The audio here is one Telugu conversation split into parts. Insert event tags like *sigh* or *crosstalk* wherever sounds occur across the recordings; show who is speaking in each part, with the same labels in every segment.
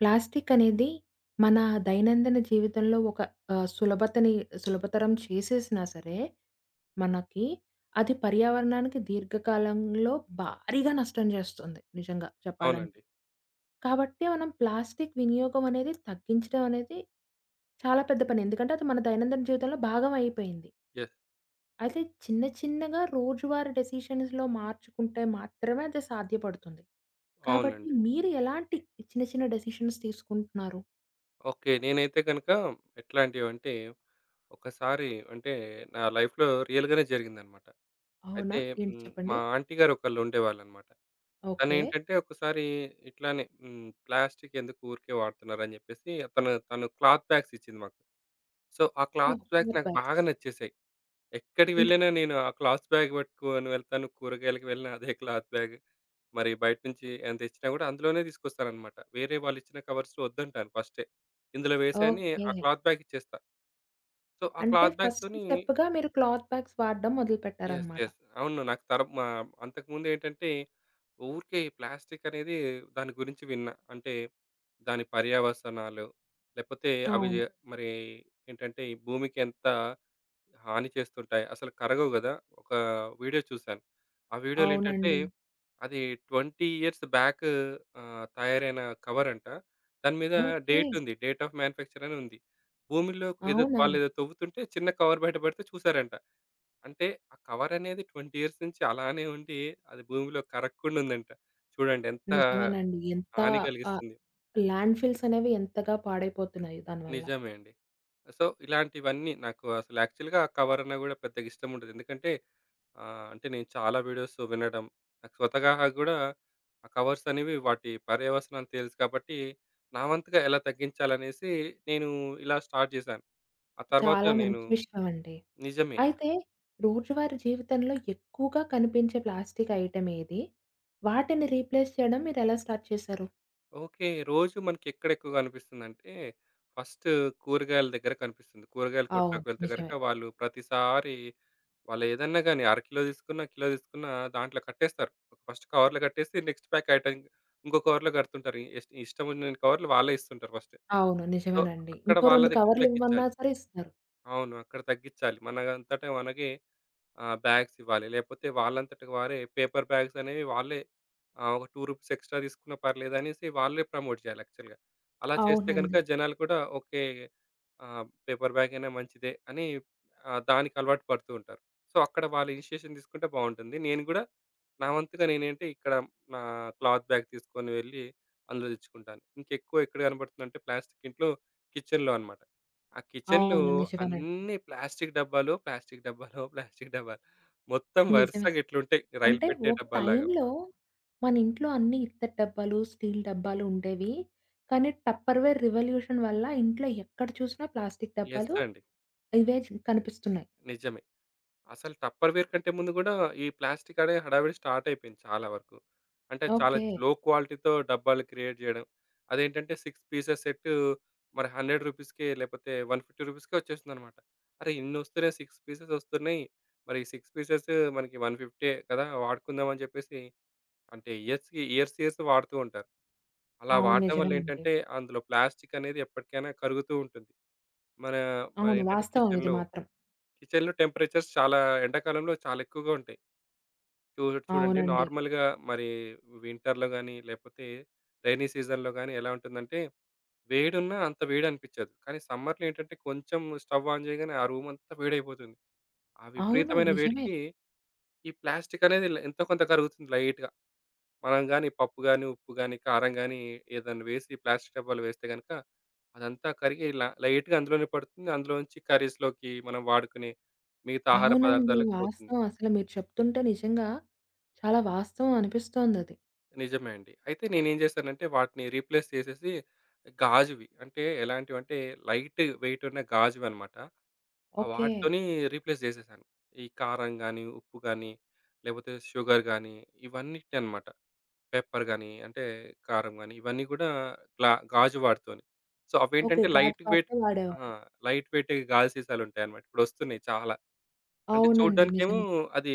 Speaker 1: ప్లాస్టిక్ అనేది మన దైనందిన జీవితంలో ఒక ఆహ్, సులభతని సులభతరం చేసేసినా సరే, మనకి అది పర్యావరణానికి దీర్ఘకాలంలో భారీగా నష్టం చేస్తుంది నిజంగా చెప్పాలంటే.
Speaker 2: అవునండి.
Speaker 1: కాబట్టి మనం ప్లాస్టిక్ వినియోగం అనేది తగ్గించడం అనేది చాలా పెద్ద పని. ఎందుకంటే అది మన దైనందిన జీవితంలో భాగం అయిపోయింది.
Speaker 2: యెస్.
Speaker 1: అయితే చిన్న చిన్నగా రోజువారీ డెసిషన్స్‌లో మార్చుకుంటే మాత్రమే అది సాధ్యపడుతుంది. కాబట్టి
Speaker 2: అవునండి.
Speaker 1: మీరు ఎలాంటి చిన్న, చిన్న డెసిషన్స్ తీసుకుంటున్నారు?
Speaker 2: ఓకే. నేనైతే గనక ఎట్లాంటివంటే, ఒకసారి అంటే నా లైఫ్‌లో రియల్‌గానే జరిగిందనమాట. అయితే
Speaker 1: అవునా? ఏంటి
Speaker 2: మా
Speaker 1: చెప్పండి?
Speaker 2: ఆంటీ గారు ఒకళ్ళు ఉండేవాళ్ళనమాట.
Speaker 1: ఓకే.
Speaker 2: తనేంటంటే ఒకసారి ఇట్లానే ప్లాస్టిక్ ఎందుకు ఊరికే వాడుతున్నారని జెప్పేసి తను క్లాత్ బ్యాగ్స్ ఇచ్చింది మాకు. సో, ఆ క్లాత్
Speaker 1: ఓహ్!
Speaker 2: బ్యాగ్స్
Speaker 1: క్లాత్
Speaker 2: నాకు బాగా
Speaker 1: బ్యాగ్స్.
Speaker 2: నచ్చేసాయి. ఎక్కడికి
Speaker 1: ఇంట్లో
Speaker 2: వెళ్ళినా నేను ఆ క్లాత్ బ్యాగ్ పట్టుకొని వెళ్తాను. కూరగాయలకి వెళ్ళినా అదే క్లాత్ బ్యాగ్. మరి బయట నుంచి ఏమైనా తెచ్చినా కూడా అందులోనే తీసుకొస్తాననమాట. వేరే వాళ్ళిచ్చిన కవర్స్ వద్దంటాను ఫస్టే. ఇందులో వేసేయని
Speaker 1: ఓకే.
Speaker 2: ఆ క్లాత్ బ్యాగ్ ఇచ్చేస్తా. సో, ఆ
Speaker 1: అంటే
Speaker 2: క్లాత్
Speaker 1: ఫస్ట్
Speaker 2: బ్యాగ్‌తోని
Speaker 1: స్టెప్‌గా మీరు క్లాత్ బ్యాగ్స్ వాడడం
Speaker 2: యెస్.
Speaker 1: మొదలుపెట్టారనమాట.
Speaker 2: యెస్. అవును. నాకు తర మా అంతకుముందేంటంటే, ఊరికే ప్లాస్టిక్ అనేది దాని గురించి విన్నా. అంటే దాని పర్యవసనాలు, లేపోతే అవి
Speaker 1: అవును.
Speaker 2: మరి ఏంటంటే ఈ భూమికి ఎంత హాని చేస్తుంటాయి. అసలు కరగవు గదా! ఒక వీడియో చూశాను. ఆ వీడియోలో ఏంటంటే
Speaker 1: అవునండి.
Speaker 2: అది 20 ఇయర్స్ బ్యాక్ తయారైన కవరంట. దాని మీద
Speaker 1: ఓకే.
Speaker 2: డేట్ ఉంది. డేట్ ఆఫ్ మ్యానుఫ్యాక్చర్ అని ఉంది. భూమిలో ఏదో
Speaker 1: అవునా?
Speaker 2: వాళ్ళేదో తవ్వుతుంటే చిన్న కవర్ బయట పడితే చూసారంట. అంటే ఆ కవర్ అనేది 20 ఇయర్స్ నుంచి అలానే ఉండి అది భూమిలో కరగకుండా ఉందంట. చూడండి ఎంత
Speaker 1: నిజమేనండి. ఎంత
Speaker 2: హాని
Speaker 1: ఆహ్,
Speaker 2: కలిగిస్తుంది.
Speaker 1: ల్యాండ్‌ఫిల్స్ అనేవి ఎంతగా పాడైపోతున్నాయి దానివల్ల.
Speaker 2: నిజమే అండి. సో, ఇలాంటివన్నీ నాకు అసలు యాక్చువల్‌గా ఆ కవర్ అన్నా గూడా పెద్దగా ఇష్టం ఉండదు. ఎందుకంటే ఆ! అంటే నేను చాలా వీడియోస్ వినడం, నాకు స్వతహాగా గూడా ఆ కవర్స్ అనేవి వాటి పర్యవసనాలు తెలుసు కాబట్టి, నా వంతుగా ఎలా తగ్గించాలనేసి నేను ఇలా స్టార్ట్ చేశాను. ఆ తర్వాత
Speaker 1: చాలా
Speaker 2: నేను
Speaker 1: మంచి విషయం అండి.
Speaker 2: నిజమే.
Speaker 1: అయితే రోజువారీ జీవితంలో ఎక్కువగా కనిపించే ప్లాస్టిక్ ఐటెమ్ ఏది? వాటిని రీప్లేస్ చేయడం మీరెలా స్టార్ట్ చేశారు?
Speaker 2: ఓకే. రోజు మనకి ఎక్కడెక్కువ కనిపిస్తుందంటే, ఫస్ట్ కూరగాయల దగ్గర కనిపిస్తుంది. కూరగాయల
Speaker 1: అవును.
Speaker 2: కొట్లోకి వెళ్తే
Speaker 1: నిజమే.
Speaker 2: గనక వాళ్ళు ప్రతిసారి వాళ్ళేదన్నా గాని అర కిలో తీసుకున్నా, కిలో తీసుకున్నా దాంట్లో కట్టేస్తారు. ఫస్ట్ కవర్‌లో కట్టేసి నెక్స్ట్ ప్యాక్ ఐటెమ్ ఇంకో కవర్‌లో కడుతుంటారు. ఇష్టం ఉన్న కవర్‌లు వాళ్ళే ఇస్తుంటారు ఫస్ట్.
Speaker 1: అవును.
Speaker 2: సో,
Speaker 1: నిజమేనండి.
Speaker 2: అక్కడ
Speaker 1: ఇంకో
Speaker 2: వాళ్ళ
Speaker 1: 2
Speaker 2: దగ్గర
Speaker 1: కవర్లివ్వమన్నా
Speaker 2: తగ్గించాలి.
Speaker 1: సరే ఇస్తారు.
Speaker 2: అవును. అక్కడ తగ్గించాలి. మనంతట మనకే బ్యాగ్స్ ఇవ్వాలి. లేపోతే వాళ్ళంతట వారే పేపర్ బ్యాగ్స్ అనేవి వాళ్ళే ఒక రూ. 2 ఎక్స్‌ట్రా తీసుకున్నా పర్లేదనేసి వాళ్ళే ప్రమోట్ చేయాలి యాక్చువల్‌గా. అలా చేస్తే గనుక
Speaker 1: అవునండి.
Speaker 2: జనాలు కూడా ఓకే. పేపర్ బ్యాగ్ అయినా మంచిదే అని దానికి అలవాటు పడుతూ ఉంటారు. సో, అక్కడ వాళ్ళు ఇనిషియేషన్ తీసుకుంటే బావుంటుంది. నేను గూడా నా వంతుగా నేనేంటి ఇక్కడ నా క్లాత్ బ్యాగ్ తీసుకొని వెళ్ళి అందులో తెచ్చుకుంటాను. ఇంకెక్కువ ఎక్కడ కనపడుతుందంటే ప్లాస్టిక్ ఇంట్లో కిచెన్‌లో అన్నమాట. ఆ కిచెన్‌లో
Speaker 1: అవును. నిజమేనండి.
Speaker 2: అన్నీ ప్లాస్టిక్ డబ్బాలో, ప్లాస్టిక్ డబ్బాలో, *laughs* ప్లాస్టిక్ డబ్బాలు. మొత్తం
Speaker 1: నిజమే.
Speaker 2: వరుసగా ఇట్లుంటాయి రైలు
Speaker 1: అంటే
Speaker 2: పెట్టే
Speaker 1: ఒక
Speaker 2: డబ్బాల్లాగా.
Speaker 1: టైంలో మన ఇంట్లో అన్ని ఇత్తడి డబ్బాలు, స్టీల్ డబ్బాలు ఉండేవి. కానీ టప్పర్‌వేర్ రివల్యూషన్ వల్ల ఇంట్లో ఎక్కడ చూసినా ప్లాస్టిక్
Speaker 2: యెస్
Speaker 1: డబ్బాలు
Speaker 2: అండి.
Speaker 1: ఇవే కనిపిస్తున్నాయి.
Speaker 2: నిజమే. అసలు టప్పర్‌వేర్ కంటే ముందు గూడా ఈ ప్లాస్టిక్ అనే హడావిడి స్టార్ట్ అయిపోయింది చాలా వరకు. అంటే చాలా
Speaker 1: ఓకే.
Speaker 2: లో క్వాలిటీతో డబ్బాలు క్రియేట్ జేయడం. అదేంటంటే 6 పీసెస్ సెట్ మరి 100 రూపీస్‌కే లేపోతే 150 రూపీస్‌కే వచ్చేస్తుందన్నమాట. అరే! ఇన్నొస్తున్నాయి 6 పీసెస్ వస్తున్నాయి. మరి 6 పీసెస్ మనకి 150 కదా! వాడుకుందాం అని చెప్పేసి అంటే ఇయర్స్‌కి ఇయర్స్, ఇయర్స్ వాడుతూ ఉంటారు. అలా
Speaker 1: అవును.
Speaker 2: వాడడం వల్ల
Speaker 1: నిజమేనండి.
Speaker 2: ఏంటంటే, అందులో ప్లాస్టిక్ అనేది ఎప్పటికైనా కరుగుతూ ఉంటుంది. మన మన
Speaker 1: అవును.
Speaker 2: ఏంటంటే
Speaker 1: వాస్తవం ఇది
Speaker 2: కిచెన్‌లో,
Speaker 1: మాత్రం.
Speaker 2: కిచెన్‌లో టెంపరేచర్స్ చాలా ఎండాకాలంలో చాలా ఎక్కువగా ఉంటాయి. చూ చూడండి
Speaker 1: అవునండి.
Speaker 2: నార్మల్‌గా మరి వింటర్‌లో గాని, లేకపోతే రైనీ సీజన్‌లో గాని ఎలా ఉంటుందంటే, వేడున్నా అంత వేడి అనిపించదు. కానీ సమ్మర్‌లో ఏంటంటే, కొంచెం స్టవ్ ఆన్ చేయగానే ఆ రూమ్ అంతా వేడైపోతుంది. ఆ
Speaker 1: అవును.
Speaker 2: విపరీతమైన
Speaker 1: నిజమే.
Speaker 2: వేడికి ఈ ప్లాస్టిక్ అనేది ఎంతో కొంత కరుగుతుంది లైట్‌గా. మనం గాని పప్పు గాని, ఉప్పు గాని, కారం గాని ఏదన్నా వేసి ప్లాస్టిక్ డబ్బాలో వేస్తే గనుక అదంతా కరిగి లైట్‌గా అందులోనే పడుతుంది. అందులోంచి కర్రీస్‌లోకి మనం వాడుకునే మిగతా ఆహార
Speaker 1: అవునండి.
Speaker 2: పదార్థాలకు పోతుంది.
Speaker 1: వాస్తవం. అసలు మీరు చెప్తుంటే నిజంగా చాలా వాస్తవం అనిపిస్తోందది.
Speaker 2: నిజమే అండి. అయితే నేనేం చేశానంటే వాటిని రీప్లేస్ చేసేసి గాజువి అంటే ఎలాంటివంటే లైట్ వెయిట్ ఉన్న గాజువన్నమాట. ఆ
Speaker 1: ఓకే.
Speaker 2: వాటితోని రీప్లేస్ చేసేసాను. ఈ కారం గాని, ఉప్పు గాని, లేకపోతే షుగర్ గాని ఇవన్నిటిని అన్నమాట. పెప్పర్ గాని, అంటే కారం గాని ఇవన్నీ గూడా గాజు వాడుతోని. So,
Speaker 1: okay.
Speaker 2: అవేంటంటే
Speaker 1: గాజు
Speaker 2: లైట్ వెయిట్
Speaker 1: పాత్ర
Speaker 2: ఆ!
Speaker 1: వాడేవారు.
Speaker 2: లైట్ వెయిట్ గాజు సీసాలుంటాయన్నమాట. ఇప్పుడొస్తున్నాయి చాలా. అంటే
Speaker 1: అవునండి.
Speaker 2: చూడ్డానికేమో
Speaker 1: నిజమే.
Speaker 2: అది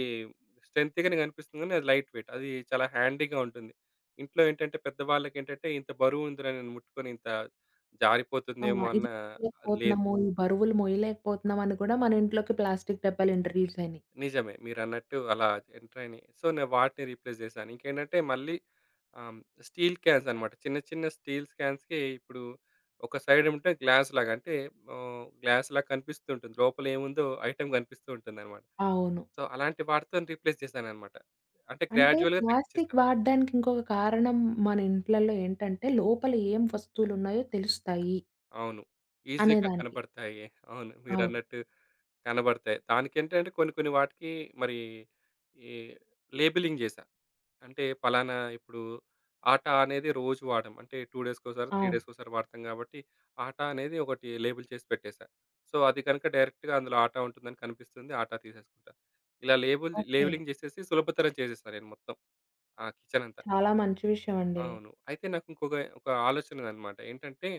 Speaker 2: స్ట్రెంతీగానే కనిపిస్తుంది గానీ, అది లైట్ వెయిట్. అది చాలా హ్యాండీగా ఉంటుంది. ఇంట్లో ఏంటంటే పెద్దవాళ్ళకేంటంటే ఇంత బరువుందిరా నేను ముట్టుకొని ఇంత
Speaker 1: ఆ!
Speaker 2: జారిపోతుందేమో అన్న
Speaker 1: ఇది
Speaker 2: అది లేదు.
Speaker 1: మోయలేకపోతున్నాము, ఈ బరువులు మోయలేకపోతున్నాం అని కూడా మన ఇంట్లోకి ప్లాస్టిక్ డబ్బాలు ఇంట్రడ్యూస్ అయినాయి.
Speaker 2: నిజమే. మీరన్నట్టు అలా ఎంటరైనయి. సో, నేను వాటిని రీప్లేస్ జేశాను. ఇంకేంటంటే మళ్ళీ ఆహ్, స్టీల్ క్యాన్స్ అన్నమాట. చిన్న చిన్న స్టీల్స్ క్యాన్స్‌కి ఇప్పుడు ఒక సైడేమంటే గ్లాస్‌లాగా అంటే గ్లాస్‌లాగా కనిపిస్తుంటుంది. లోపలేముందో ఐటెమ్ కనిపిస్తూ ఉంటుందన్నమాట.
Speaker 1: అవును.
Speaker 2: సో, అలాంటి వాటితోని రీప్లేస్ చేశానన్నమాట. అంటే
Speaker 1: అంటే
Speaker 2: గ్రాడ్యుయల్‌గా
Speaker 1: ప్లాస్టిక్
Speaker 2: తగ్గించేసాం.
Speaker 1: వాడడానికి ఇంకొక కారణం మన ఇంట్లల్లో ఏంటంటే లోపల ఏం వస్తువులున్నాయో తెలుస్తాయి
Speaker 2: అవును. ఈజీగా
Speaker 1: అనేదానికి.
Speaker 2: కనబడతాయి. అవును.
Speaker 1: అవును.
Speaker 2: మీరన్నట్టు కనబడతాయి. దానికేంటంటే కొన్ని కొన్ని వాటికి మరి ఈ లేబెలింగ్ జేశా. అంటే పలానా ఇప్పుడు ఆట అనేది రోజు వాడం. అంటే 2 డేస్‌కోసారి, 3
Speaker 1: అవును.
Speaker 2: డేస్‌కోసారి వాడతాం గాబట్టి, ఆట అనేది ఒకటి లేబుల్ చేసి పెట్టేసా. సో, అది కనుక డైరెక్ట్‌గా అందులో ఆట ఉంటుందని కనిపిస్తుంది. ఆట తీసేసుకుంటా. ఇలా లేబుల్
Speaker 1: ఓకే.
Speaker 2: లేబులింగ్ జేసేసి సులభతరం చేసేసా నేను మొత్తం. ఆ కిచెనంతా.
Speaker 1: చాలా మంచి విషయం అండి.
Speaker 2: అవును. అయితే నాకు ఇంకొక ఒక ఆలోచనదనమాట. ఏంటంటే,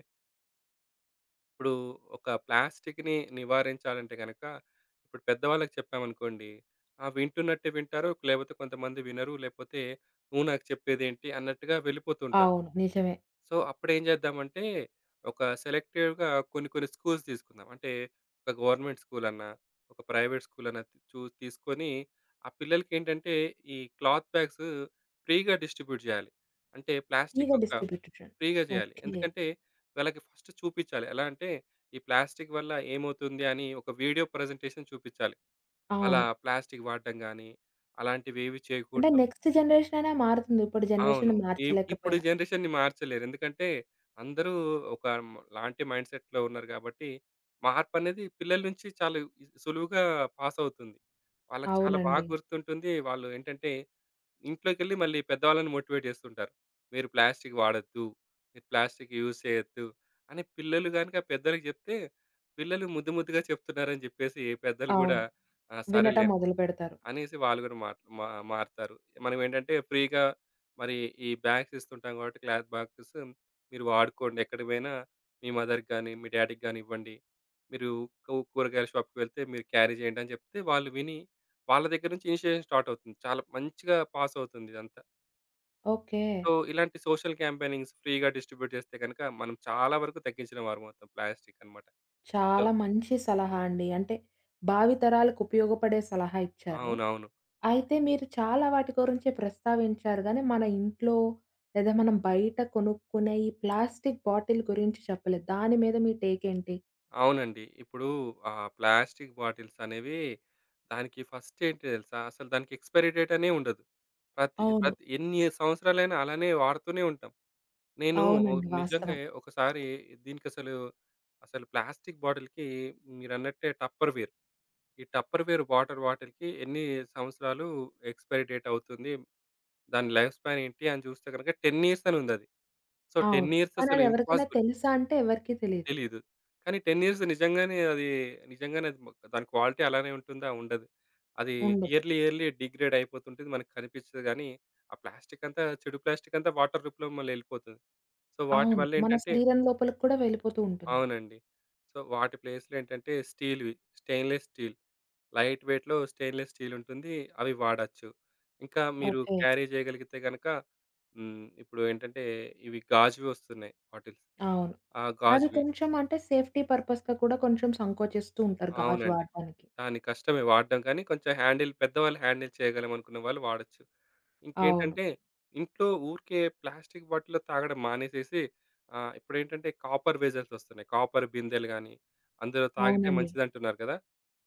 Speaker 2: ఇప్పుడు ఒక ప్లాస్టిక్‌ని నివారించాలంటే గనక, ఇప్పుడు పెద్దవాళ్ళకి చెప్పామనుకోండి, ఆ! వింటున్నట్టే వింటారు. లేపోతే కొంతమంది వినరు. లేపోతే, "నువ్వు నాకు చెప్పేదేంటి" అన్నట్టుగా వెళ్ళిపోతుంటారు.
Speaker 1: అవును. నిజమే.
Speaker 2: సో, అప్పుడేం చేద్దామంటే, ఒక సెలెక్టివ్‌గా కొన్ని కొన్ని స్కూల్స్ తీసుకుందాం. అంటే, ఒక గవర్నమెంట్ స్కూలన్నా, ఒక ప్రైవేట్ స్కూలన్నా త్ చూ తీసుకొని, ఆ పిల్లలకేంటంటే, ఈ క్లాత్ బ్యాగ్స్ ఫ్రీగా డిస్ట్రిబ్యూట్ చేయాలి. అంటే,
Speaker 1: ఈగ
Speaker 2: ప్లాస్టిక్ ఒక
Speaker 1: డిస్ట్రిబ్యూషన్.
Speaker 2: ఫ్రీగా చేయాలి.
Speaker 1: ఓకే.
Speaker 2: ఎందుకంటే, వాళ్ళకి ఫస్ట్ చూపిచ్చాలి. ఎలా అంటే, ఈ ప్లాస్టిక్ వల్ల ఏమవుతుంది అని ఒక వీడియో ప్రజెంటేషన్ చూపిచ్చాలి. అలా
Speaker 1: అవును.
Speaker 2: ప్లాస్టిక్ వాడడం గానీ, అలాంటివేవి
Speaker 1: అంటే
Speaker 2: చేయకూడదు.
Speaker 1: నెక్స్ట్ జనరేషన్ అయినా మారుతుంది. ఇప్పుడు
Speaker 2: అవును.
Speaker 1: జనరేషన్‌ని
Speaker 2: ఇ ఇప్పుడు
Speaker 1: మార్చలేకపోయినా.
Speaker 2: జనరేషన్‌ని మార్చలేరు. ఎందుకంటే అందరూ ఒక లాంటి మైండ్ సెట్‌లో ఉన్నారు కాబట్టి, మార్పనేది పిల్లల నుంచి చాలా సులువుగా పాస్ అవుతుంది. వాళ్ళకి చాలా బాగా
Speaker 1: అవునండి.
Speaker 2: గుర్తుంటుంది. వాళ్ళు ఏంటంటే ఇంట్లోకెళ్ళి మళ్ళీ పెద్దవాళ్ళని మోటివేట్ చేస్తుంటారు. మీరు ప్లాస్టిక్ వాడొద్దు. మీరు ప్లాస్టిక్ యూజ్ చేయొద్దు అని పిల్లలు గనుక పెద్దలకి చెప్తే, పిల్లలు ముద్దు ముద్దుగా చెప్తున్నారని చెప్పేసి పెద్దలు గూడా
Speaker 1: అవును.
Speaker 2: ఆ! సరేలే
Speaker 1: వినటం మొదలుపెడతారు.
Speaker 2: అనేసి వాళ్ళు కూడా మాట్ మా మారుతారు. మనమేంటంటే ఫ్రీగా మరి ఈ బ్యాగ్స్ ఇస్తుంటాం కాబట్టి క్లాత్ బాగ్స్ మీరు వాడుకోండి. ఎక్కడికి పోయినా మీ మదర్‌కి గాని, మీ డ్యాడీకి గాని ఇవ్వండి. మీరు కూరగాయల షాప్‌కి వెళ్తే మీరు క్యారీ చేయండి అని చెప్తే వాళ్ళు విని వాళ్ళ దగ్గర నుంచి ఇనిషియేషన్ స్టార్ట్ అవుతుంది. చాలా మంచిగా పాస్ అవుతుంది ఇదంతా.
Speaker 1: ఓకే.
Speaker 2: సో, ఇలాంటి సోషల్ క్యాంపెయినింగ్స్ ఫ్రీగా డిస్ట్రిబ్యూట్ చేస్తే గనుక మనం చాలా వరకు తగ్గించిన వారమవుతాం ప్లాస్టిక్ అన్నమాట. సో
Speaker 1: చాలా మంచి సలహా అండి. అంటే భావితరాలకు ఉపయోగపడే సలహా ఇచ్చారు.
Speaker 2: అవునవును.
Speaker 1: అయితే మీరు చాలా వాటి గురించి ప్రస్తావించారు గానీ, మన ఇంట్లో లేదా మనం బయట కొనుక్కునే ఈ ప్లాస్టిక్ బాటిల్ గురించి చెప్పలేదు. దాని మీద మీ టేక్ ఏంటి?
Speaker 2: అవునండి. ఇప్పుడు ప్లాస్టిక్ బాటిల్స్ అనేవి దానికి ఫస్ట్ ఏంటి తెలుసా? అసలు దానికి ఎక్స్‌పైరీ డేట్ అనే ఉండదు. ప్రతి
Speaker 1: అవును.
Speaker 2: ప్రతి ఎన్ని సంవత్సరాలైనా అలానే వాడుతూనే ఉంటాం. నేను
Speaker 1: అవునండి.
Speaker 2: నిజంగా
Speaker 1: వాస్తవం.
Speaker 2: ఒకసారి దీనికసలు, అసలు అసలు ప్లాస్టిక్ బాటిల్‌కి మీరన్నట్టే టప్పర్‌వేర్. ఈ టప్పర్‌వేర్ వాటర్ బాటిల్‌కి ఎన్ని సంవత్సరాలు ఎక్స్‌పైరీ డేట్ అవుతుంది? దాని లైఫ్ స్పాన్ ఏంటి? అని చూస్తే గనుక 10 ఇయర్స్ అని ఉందది. సో, 10
Speaker 1: అవును.
Speaker 2: ఇయర్స్
Speaker 1: కానీ
Speaker 2: అసలు
Speaker 1: అది ఎవరికైనా
Speaker 2: ఇంపాసిబుల్.
Speaker 1: తెలుసా అంటే ఎవరికీ తెలీదు.
Speaker 2: తెలీదు. కానీ 10 ఇయర్స్ నిజంగానే అది నిజంగానే అది దాని క్వాలిటీ అలానే ఉంటుందా? ఉండదు. అది
Speaker 1: ఉండదు.
Speaker 2: ఇయర్‌లీ, ఇయర్‌లీ డిగ్రేడ్ అయిపోతుంటది. మనకు కనిపించదు గానీ, ఆ ప్లాస్టిక్ అంతా చెడు ప్లాస్టిక్ అంతా వాటర్ రూపంలో మళ్ళీ ఎళ్ళిపోతుంది. సో, వాటి
Speaker 1: అవును. మన
Speaker 2: వల్లేంటంటే
Speaker 1: శరీరం లోపలికి కూడా వెళ్ళిపోతూ ఉంటుంది.
Speaker 2: అవునండి. సో, వాటి ప్లేస్‌లో ఏంటంటే స్టీల్‌వి స్టెయిన్‌లెస్ స్టీల్. లైట్ వెయిట్‌లో స్టెయిన్‌లెస్ స్టీల్ ఉంటుంది. అవి వాడొచ్చు. ఇంకా మీరు
Speaker 1: ఓకే.
Speaker 2: క్యారీ చేయగలిగితే గనక ఇప్పుడు ఏంటంటే ఇవి గాజువి వస్తున్నాయి బాటిల్స్.
Speaker 1: అవును.
Speaker 2: ఆ
Speaker 1: అది
Speaker 2: గాజువి.
Speaker 1: కొంచెం అంటే సేఫ్టీ పర్పస్‌గా కూడా కొంచెం సంకోచిస్తూ ఉంటారు గాజు
Speaker 2: అవునండి.
Speaker 1: వాడటానికి.
Speaker 2: దాని కష్టమే వాడడం కానీ కొంచెం హ్యాండిల్ పెద్దవాళ్ళు హ్యాండిల్ చేయగలం అనుకున్న వాళ్ళు వాడొచ్చు.
Speaker 1: అవును.
Speaker 2: ఇంకేంటంటే ఇంట్లో ఊరికే ప్లాస్టిక్ బాటిల్‌లో తాగడం మానేసేసి ఇప్పుడేంటంటే కాపర్ వెజల్స్ వస్తున్నాయి. కాపర్ బిందెలు గాని, అందులో తాగితే
Speaker 1: అవునండి.
Speaker 2: మంచిదంటున్నారు కదా!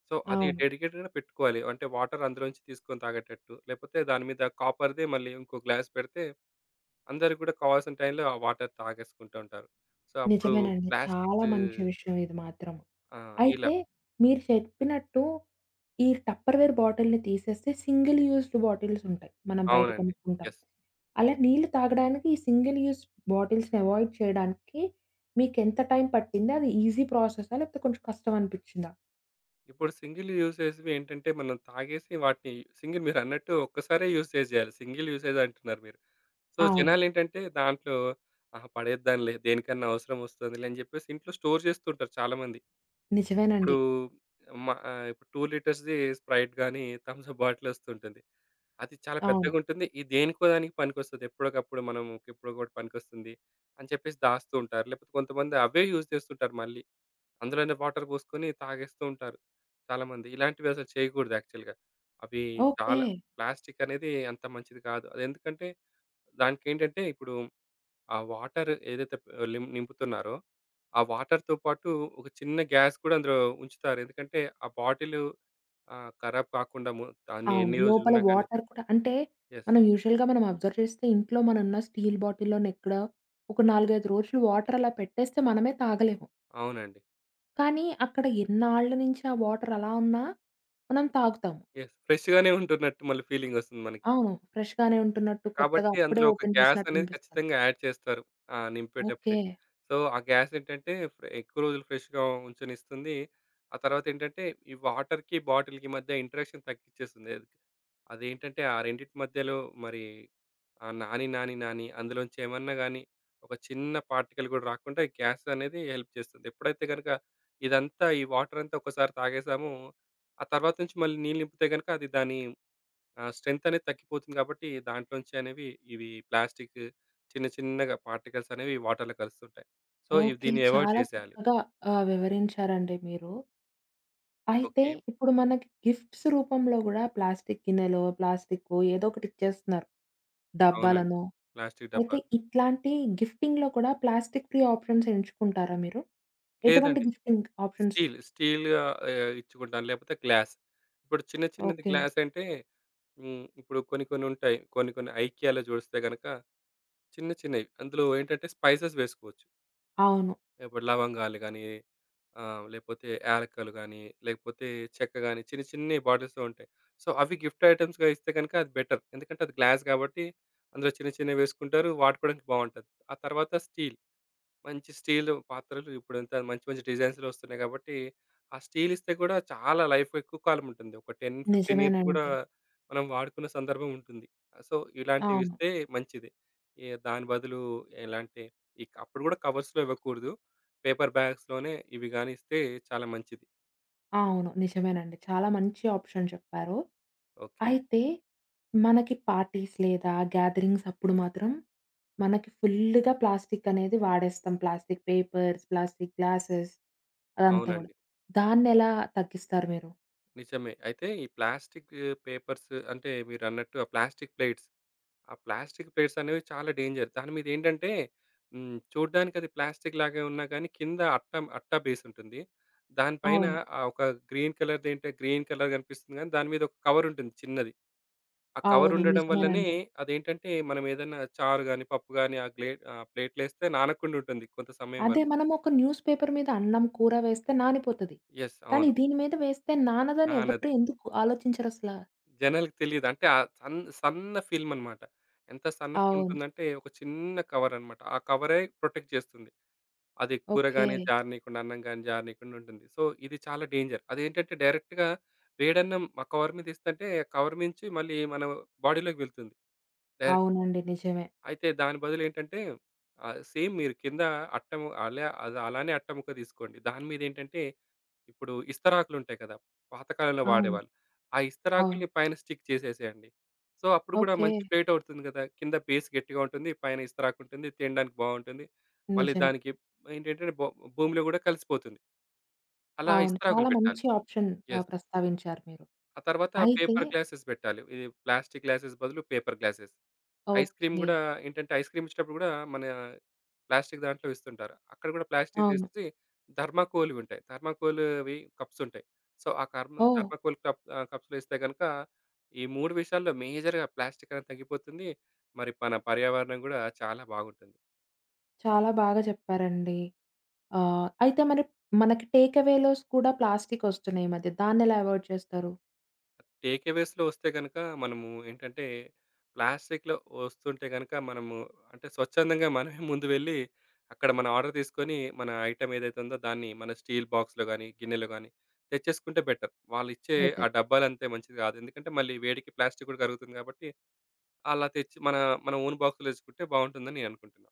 Speaker 2: సో, అది
Speaker 1: అవును.
Speaker 2: డెడికేటెడ్‌గా పెట్టుకోవాలి. అంటే వాటర్ అందులోంచి తీసుకొని తాగేటట్టు. లేకపోతే దాని మీద కాపర్‌దే మళ్ళీ ఇంకో గ్లాస్ పెడితే అందరూ కూడా కావాల్సిన టైంలో ఆ వాటర్ తాగేసుకుంటూ ఉంటారు. సో, అప్పుడు
Speaker 1: నిజమేనండి.
Speaker 2: ప్లాస్టిక్
Speaker 1: చాలా మంచి విషయం ఇది మాత్రం.
Speaker 2: ఆ! ఇలా
Speaker 1: అయితే మీరు చెప్పినట్టు ఈ టప్పర్‌వేర్ బాటిల్‌ని తీసేస్తే సింగిల్ యూజ్డ్ బాటిల్స్ ఉంటాయి. మనం బయట
Speaker 2: అవునండి.
Speaker 1: కొనుక్కుంటాం.
Speaker 2: యెస్.
Speaker 1: అలా నీళ్లు తాగడానికి ఈ సింగిల్ యూజ్ బాటిల్స్‌ని అవాయిడ్ చేయడానికి మీకెంత టైం పట్టింది? అది ఈజీ ప్రాసెసా? లేకపోతే కొంచెం కష్టం అనిపిచ్చిందా?
Speaker 2: ఇప్పుడు సింగిల్ యూసేజ్‌వి ఏంటంటే, మనం తాగేసి వాటిని సింగిల్ మీరన్నట్టు ఒక్కసారే యూసేజ్ చేయాలి. సింగిల్ యూసేజ్ అంటున్నారు మీరు. సో,
Speaker 1: అవును.
Speaker 2: జనాలేంటంటే దాంట్లో ఆహా! పడేద్దాంలే దేనికన్నా అవసరం వస్తదిలే అని చెప్పేసి ఇంట్లో స్టోర్ చేస్తుంటారు చాలామంది. ఇప్పుడు
Speaker 1: నిజమేనండి.
Speaker 2: ఇప్పుడు 2 లీటర్స్‌ది స్ప్రైట్ గాని, థమ్స్ అప్ బాటిల్ వస్తుంటుంది. అది చాలా
Speaker 1: అవును.
Speaker 2: పెద్దగుంటుంది. ఇది దేనికో దానికి పనికొస్తది. ఎప్పటికప్పుడు మనం ఎప్పుడో ఒకటి పనికొస్తుంది అని చెప్పేసి దాస్తూ ఉంటారు. లేకపోతే కొంతమంది అవే యూజ్ చేస్తుంటారు మళ్ళీ. అందులోనే వాటర్ పోసుకొని తాగేస్తూ ఉంటారు చాలామంది. ఇలాంటివి అసలు చేయకూడదు యాక్చువల్‌గా. అవి
Speaker 1: ఓకే.
Speaker 2: చాలా ప్లాస్టిక్ అనేది అంత మంచిది కాదు. అదెందుకంటే దానికేంటంటే ఇప్పుడు ఆ వాటర్ ఏదైతే ప్ లిం నింపుతున్నారో ఆ వాటర్‌తో పాటు ఒక చిన్న గ్యాస్ కూడా అందులో ఉంచుతారు. ఎందుకంటే ఆ బాటిలు ఖరాబ్ కాకుండా దాన్ని
Speaker 1: అవును.
Speaker 2: ఎన్ని
Speaker 1: లోపల
Speaker 2: రోజులున్నా కానీ.
Speaker 1: వాటర్ కూడా అంటే
Speaker 2: యెస్.
Speaker 1: మనం యూజువల్‌గా మనం అబ్జర్వ్ చేస్తే ఇంట్లో మనన్న స్టీల్ బాటిల్‌లోనెక్కడ ఒక 4, 5 రోజులు వాటర్ అలా పెట్టేస్తే మనమే తాగలేము.
Speaker 2: అవునండి.
Speaker 1: కానీ అక్కడ ఎన్నాళ్ళ నుంచి ఆ వాటర్ అలా ఉన్నా మనం తాగుతాము.
Speaker 2: యెస్. ఫ్రెష్‌గానే ఉంటున్నట్టు మళ్ళీ ఫీలింగొస్తుంది మనకి.
Speaker 1: అవును. ఫ్రెష్‌గానే ఉంటున్నట్టు కొత్తగా
Speaker 2: కాబట్టి
Speaker 1: అప్పుడే
Speaker 2: అందులో ఒక
Speaker 1: ఓపెన్
Speaker 2: గ్యాస్
Speaker 1: చేసినట్టు
Speaker 2: అనేది
Speaker 1: అనిపిస్తది.
Speaker 2: ఖచ్చితంగా యాడ్ చేస్తారు. ఆ!
Speaker 1: ఓకే.
Speaker 2: నింపేటప్పుడే. సో, ఆ గ్యాస్ ఏంటంటే ఎక్కువ రోజులు ఫ్రెష్‌గా ఉంచనిస్తుంది. ఆ తర్వాతేంటంటే ఈ వాటర్‌కి, బాటిల్‌కి మధ్య ఇంటరాక్షన్ తగ్గిచ్చేస్తుంది. అది అదేంటంటే ఆ రెండిటి మధ్యలో మరి ఆహ్, నాని, నాని, నాని అందులోంచి ఏమన్నా గాని ఒక చిన్న పార్టికల్ గూడా రాకుండా ఈ గ్యాస్ అనేది హెల్ప్ చేస్తుంది. ఎప్పుడైతే గనుక ఇదంతా ఈ వాటర్ అంతా ఒక్కసారి తాగేసామో, ఆ తర్వాత నుంచి మళ్ళీ నీళ్ళు నింపితే గనుక అది దాని ఆ స్ట్రెంత్ అనేది తగ్గిపోతుంది కాబట్టి దాంట్లోంచి అనేవి ఇవి ప్లాస్టిక్ చిన్న చిన్నగా పార్టికల్స్ అనేవి వాటర్‌లో కలుస్తుంటాయి. సో, ఇవి
Speaker 1: ఓకే.
Speaker 2: దీన్ని అవాయిడ్
Speaker 1: చాలా
Speaker 2: చేసేయాలి.
Speaker 1: చక్కగా వివరించారండి మీరు. అయితే
Speaker 2: ఓకే.
Speaker 1: ఇప్పుడు మనకి గిఫ్ట్స్ రూపంలో గూడా ప్లాస్టిక్ గిన్నెలో, ప్లాస్టిక్కో ఏదో ఒకటి ఇచ్చేస్తున్నారు.
Speaker 2: అవునండి.
Speaker 1: డబ్బాలనో.
Speaker 2: ప్లాస్టిక్
Speaker 1: అయితే
Speaker 2: డబ్బాలు.
Speaker 1: ఇట్లాంటి గిఫ్టింగ్‌లో కూడా ప్లాస్టిక్ ఫ్రీ ఆప్షన్స్ ఎంచుకుంటారా మీరు? ఎటువంటి
Speaker 2: లేదండి.
Speaker 1: Gifting options?
Speaker 2: స్టీల్ ఆహ్, ఆహ్, ఇచ్చుకుంటాను. లేకపోతే గ్లాస్. ఇప్పుడు చిన్న చిన్నది
Speaker 1: ఓకే.
Speaker 2: గ్లాస్ అంటే ఇప్పుడు కొన్ని కొన్ని ఉంటాయి. కొన్ని కొన్ని ఐకియాలో చూస్తే గనక చిన్న చిన్నవి. అందులో ఏంటంటే స్పైసెస్ వేసుకోవచ్చు.
Speaker 1: అవును.
Speaker 2: ఇప్పుడు లవంగాలు గానీ, లేపోతే యాలకులు గానీ, లేకపోతే చెక్క గానీ చిన్ని చిన్ని బాటిల్స్‌లో ఉంటాయి. సో, అవి గిఫ్ట్ ఐటెమ్స్‌గా ఇస్తే గనక అది బెటర్. ఎందుకంటే అది గ్లాస్ గాబట్టి అందులో చిన్న చిన్నవి వేసుకుంటారు. వాడుకోవడానికి బావుంటది. ఆ తర్వాత స్టీల్. మంచి స్టీల్ పాత్రలు ఇప్పుడంతా మంచి మంచి డిజైన్స్‌లో వస్తున్నాయి కాబట్టి, ఆ స్టీల్ ఇస్తే కూడా చాలా లైఫ్ ఎక్కువ కాలం ఉంటుంది. ఒక 10, 15 ఇయర్స్ కూడా
Speaker 1: నిజమేనండి.
Speaker 2: మనం వాడుకున్న సందర్భం ఉంటుంది. సో, ఇలాంటివి
Speaker 1: అవును.
Speaker 2: ఇస్తే మంచిది. ఏ దాని బదులు ఎలా అంటే ఇక అప్పుడు కూడా కవర్స్‌లో ఇవ్వకూడదు. పేపర్ బ్యాగ్స్‌లోనే ఇవి గాని ఇస్తే చాలా మంచిది.
Speaker 1: అవును. నిజమేనండి. చాలా మంచి ఆప్షన్ చెప్పారు.
Speaker 2: ఓకే.
Speaker 1: అయితే మనకి పార్టీస్ లేదా గ్యాదరింగ్స్ అప్పుడు మాత్రం మనకి ఫుల్‌గా ప్లాస్టిక్ అనేది వాడేస్తాం. ప్లాస్టిక్ పేపర్స్, ప్లాస్టిక్ గ్లాసెస్ అదంతా గూడా.
Speaker 2: అవునండి.
Speaker 1: దాన్నెలా తగ్గిస్తారు మీరు?
Speaker 2: నిజమే. అయితే ఈ ప్లాస్టిక్ పేపర్స్ అంటే మీరన్నట్టు ఆ ప్లాస్టిక్ ప్లేట్స్ అనేవి చాలా డేంజర్. దాని మీద ఏంటంటే చూడ్డానికి అది ప్లాస్టిక్ లాగే ఉన్నా గానీ కింద అట్ట, అట్ట బేస్ ఉంటుంది. దానిపైన
Speaker 1: అవును.
Speaker 2: ఒక గ్రీన్ కలర్‌ది ఏంటో గ్రీన్ కలర్ కనిపిస్తుంది గానీ దాని మీద ఒక కవర్ ఉంటుంది చిన్నది. ఆ కవర్
Speaker 1: అవును.
Speaker 2: ఉండడం వల్లనే
Speaker 1: నిజమేనండి.
Speaker 2: అదేంటంటే మనం ఏదన్నా చారు గాని, పప్పు గాని ఆ ప్లేట్‌లో ఏస్తే నానకుండా ఉంటుంది కొంత సమయం
Speaker 1: అదే
Speaker 2: వరకు.
Speaker 1: మనం ఒక న్యూస్ పేపర్ మీద అన్నం, కూర వేస్తే నానిపోతది.
Speaker 2: యెస్.
Speaker 1: కానీ
Speaker 2: అవును.
Speaker 1: దీని మీద వేస్తే నానదని
Speaker 2: నానదు.
Speaker 1: ఎవరు ఎందుకు ఆలోచించరసల.
Speaker 2: జనాలకి తెలీదు. అంటే ఆ సన్న ఫిల్మ్ అన్నమాట. ఎంత సన్న ఫిల్మ్
Speaker 1: అవును.
Speaker 2: ఉంటుందంటే ఒక చిన్న కవర్ అన్నమాట. ఆ కవరే ప్రొటెక్ట్ చేస్తుంది. అది కూర
Speaker 1: ఓకే.
Speaker 2: గాని జారనీయకుండా, అన్నం గాని జారనీయకుండా ఉంటుంది. సో, ఇది చాలా డేంజర్. అదేంటంటే డైరెక్ట్‌గా వేడన్నం ఆ కవర్ మీద ఏస్తంటే, కవర్ మించి మళ్ళీ మన బాడీలోకి వెళ్తుంది డైరెక్ట్.
Speaker 1: అవునండి. నిజమే.
Speaker 2: అయితే దాని బదులేంటంటే సేమ్ మీరు కింద అట్ట ము అలా అది అలానే అట్ట ముక్క తీసుకోండి. దాని మీదేంటంటే ఇప్పుడు ఇస్తరాకులుంటాయి కదా! పాతకాలంలో
Speaker 1: అవును.
Speaker 2: వాడేవాళ్ళు. ఆ
Speaker 1: అవును.
Speaker 2: ఇస్తరాకుల్ని పైన స్టిక్ చేసేసేయండి. సో, అప్పుడు గూడా
Speaker 1: ఓకే.
Speaker 2: మంచి ప్లేట్ అవుతుంది గదా! కింద బేస్ గట్టిగా ఉంటుంది. పైన ఇస్తరాకుంటుంది. తినడానికి బావుంటుంది. మళ్ళీ
Speaker 1: నిజమే.
Speaker 2: దానికి ఏంటంటే భూమిలో గూడా కలిసిపోతుంది. అలా
Speaker 1: అవును.
Speaker 2: ఇస్తరాకులు
Speaker 1: చాలా
Speaker 2: పెట్టాలి.
Speaker 1: మంచి ఆప్షన్
Speaker 2: యెస్.
Speaker 1: ప్రస్తావించారు మీరు.
Speaker 2: ఆ తర్వాత
Speaker 1: అయితే
Speaker 2: పేపర్ గ్లాసెస్ పెట్టాలి. ఇది ప్లాస్టిక్ గ్లాసెస్ బదులు paper glasses. Ice cream
Speaker 1: okay.
Speaker 2: గూడా ఏంటంటే, ఐస్ క్రీమ్ ఇచ్చేటప్పుడు గూడా మన ప్లాస్టిక్ దాంట్లో ఇస్తుంటారు. అక్కడ గూడా ప్లాస్టిక్
Speaker 1: అవును.
Speaker 2: తీసేసి థర్మాకోల్‌వి ఉంటాయి. థర్మాకోల్‌వి కప్స్ ఉంటాయి. సో, ఆ
Speaker 1: ఓహ్!
Speaker 2: థర్మాకోల్ కప్ కప్స్‌లో ఇస్తే గనుక ఈ 3 విషయాల్లో మేజర్‌గా ప్లాస్టిక్ అనేది తగ్గిపోతుంది. మరి మన పర్యావరణం గూడా చాలా బాగుంటుంది.
Speaker 1: చాలా బాగా చెప్పారండి. అయితే మరి మనకి టేక్ అవేలోస్ కూడా ప్లాస్టిక్ ఒస్తున్నాయి ఈ మధ్య. దాన్నెలా అవాయిడ్ చేస్తారు?
Speaker 2: టేక్ అవేస్‌లో వస్తే గనక మనము ఏంటంటే, ప్లాస్టిక్‌లో వస్తుంటే గనక మనము అంటే స్వచ్ఛందంగా మనమే ముందు వెళ్ళి, అక్కడ మన ఆర్డర్ తీసుకొని, మన ఐటెమ్ ఏదైతే ఉందో దాన్ని మన స్టీల్ బాక్స్‌లో గాని, గిన్నెలో గాని తెచ్చేసుకుంటే బెటర్. వాళ్ళిచ్చే ఆ
Speaker 1: బెటర్.
Speaker 2: డబ్బాలంతే మంచిది కాదు. ఎందుకంటే, మళ్ళీ వేడికి ప్లాస్టిక్ కూడా కరుగుతుంది కాబట్టి, అలా తెచ్చి మన మన ఓన్ బాక్స్‌లో తెచ్చుకుంటే బావుంటుందని నేను అనుకుంటున్నా.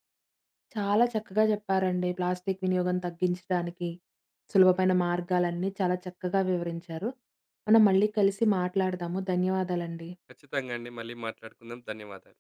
Speaker 1: చాలా చక్కగా చెప్పారండి. ప్లాస్టిక్ వినియోగం తగ్గించడానికి సులభమైన మార్గాలన్నీ చాలా చక్కగా వివరించారు. మనం మళ్ళీ కలిసి మాట్లాడదాము. ధన్యవాదాలండి.
Speaker 2: ఖచ్చితంగా అండి. మళ్ళీ మాట్లాడుకుందాం. ధన్యవాదాలు.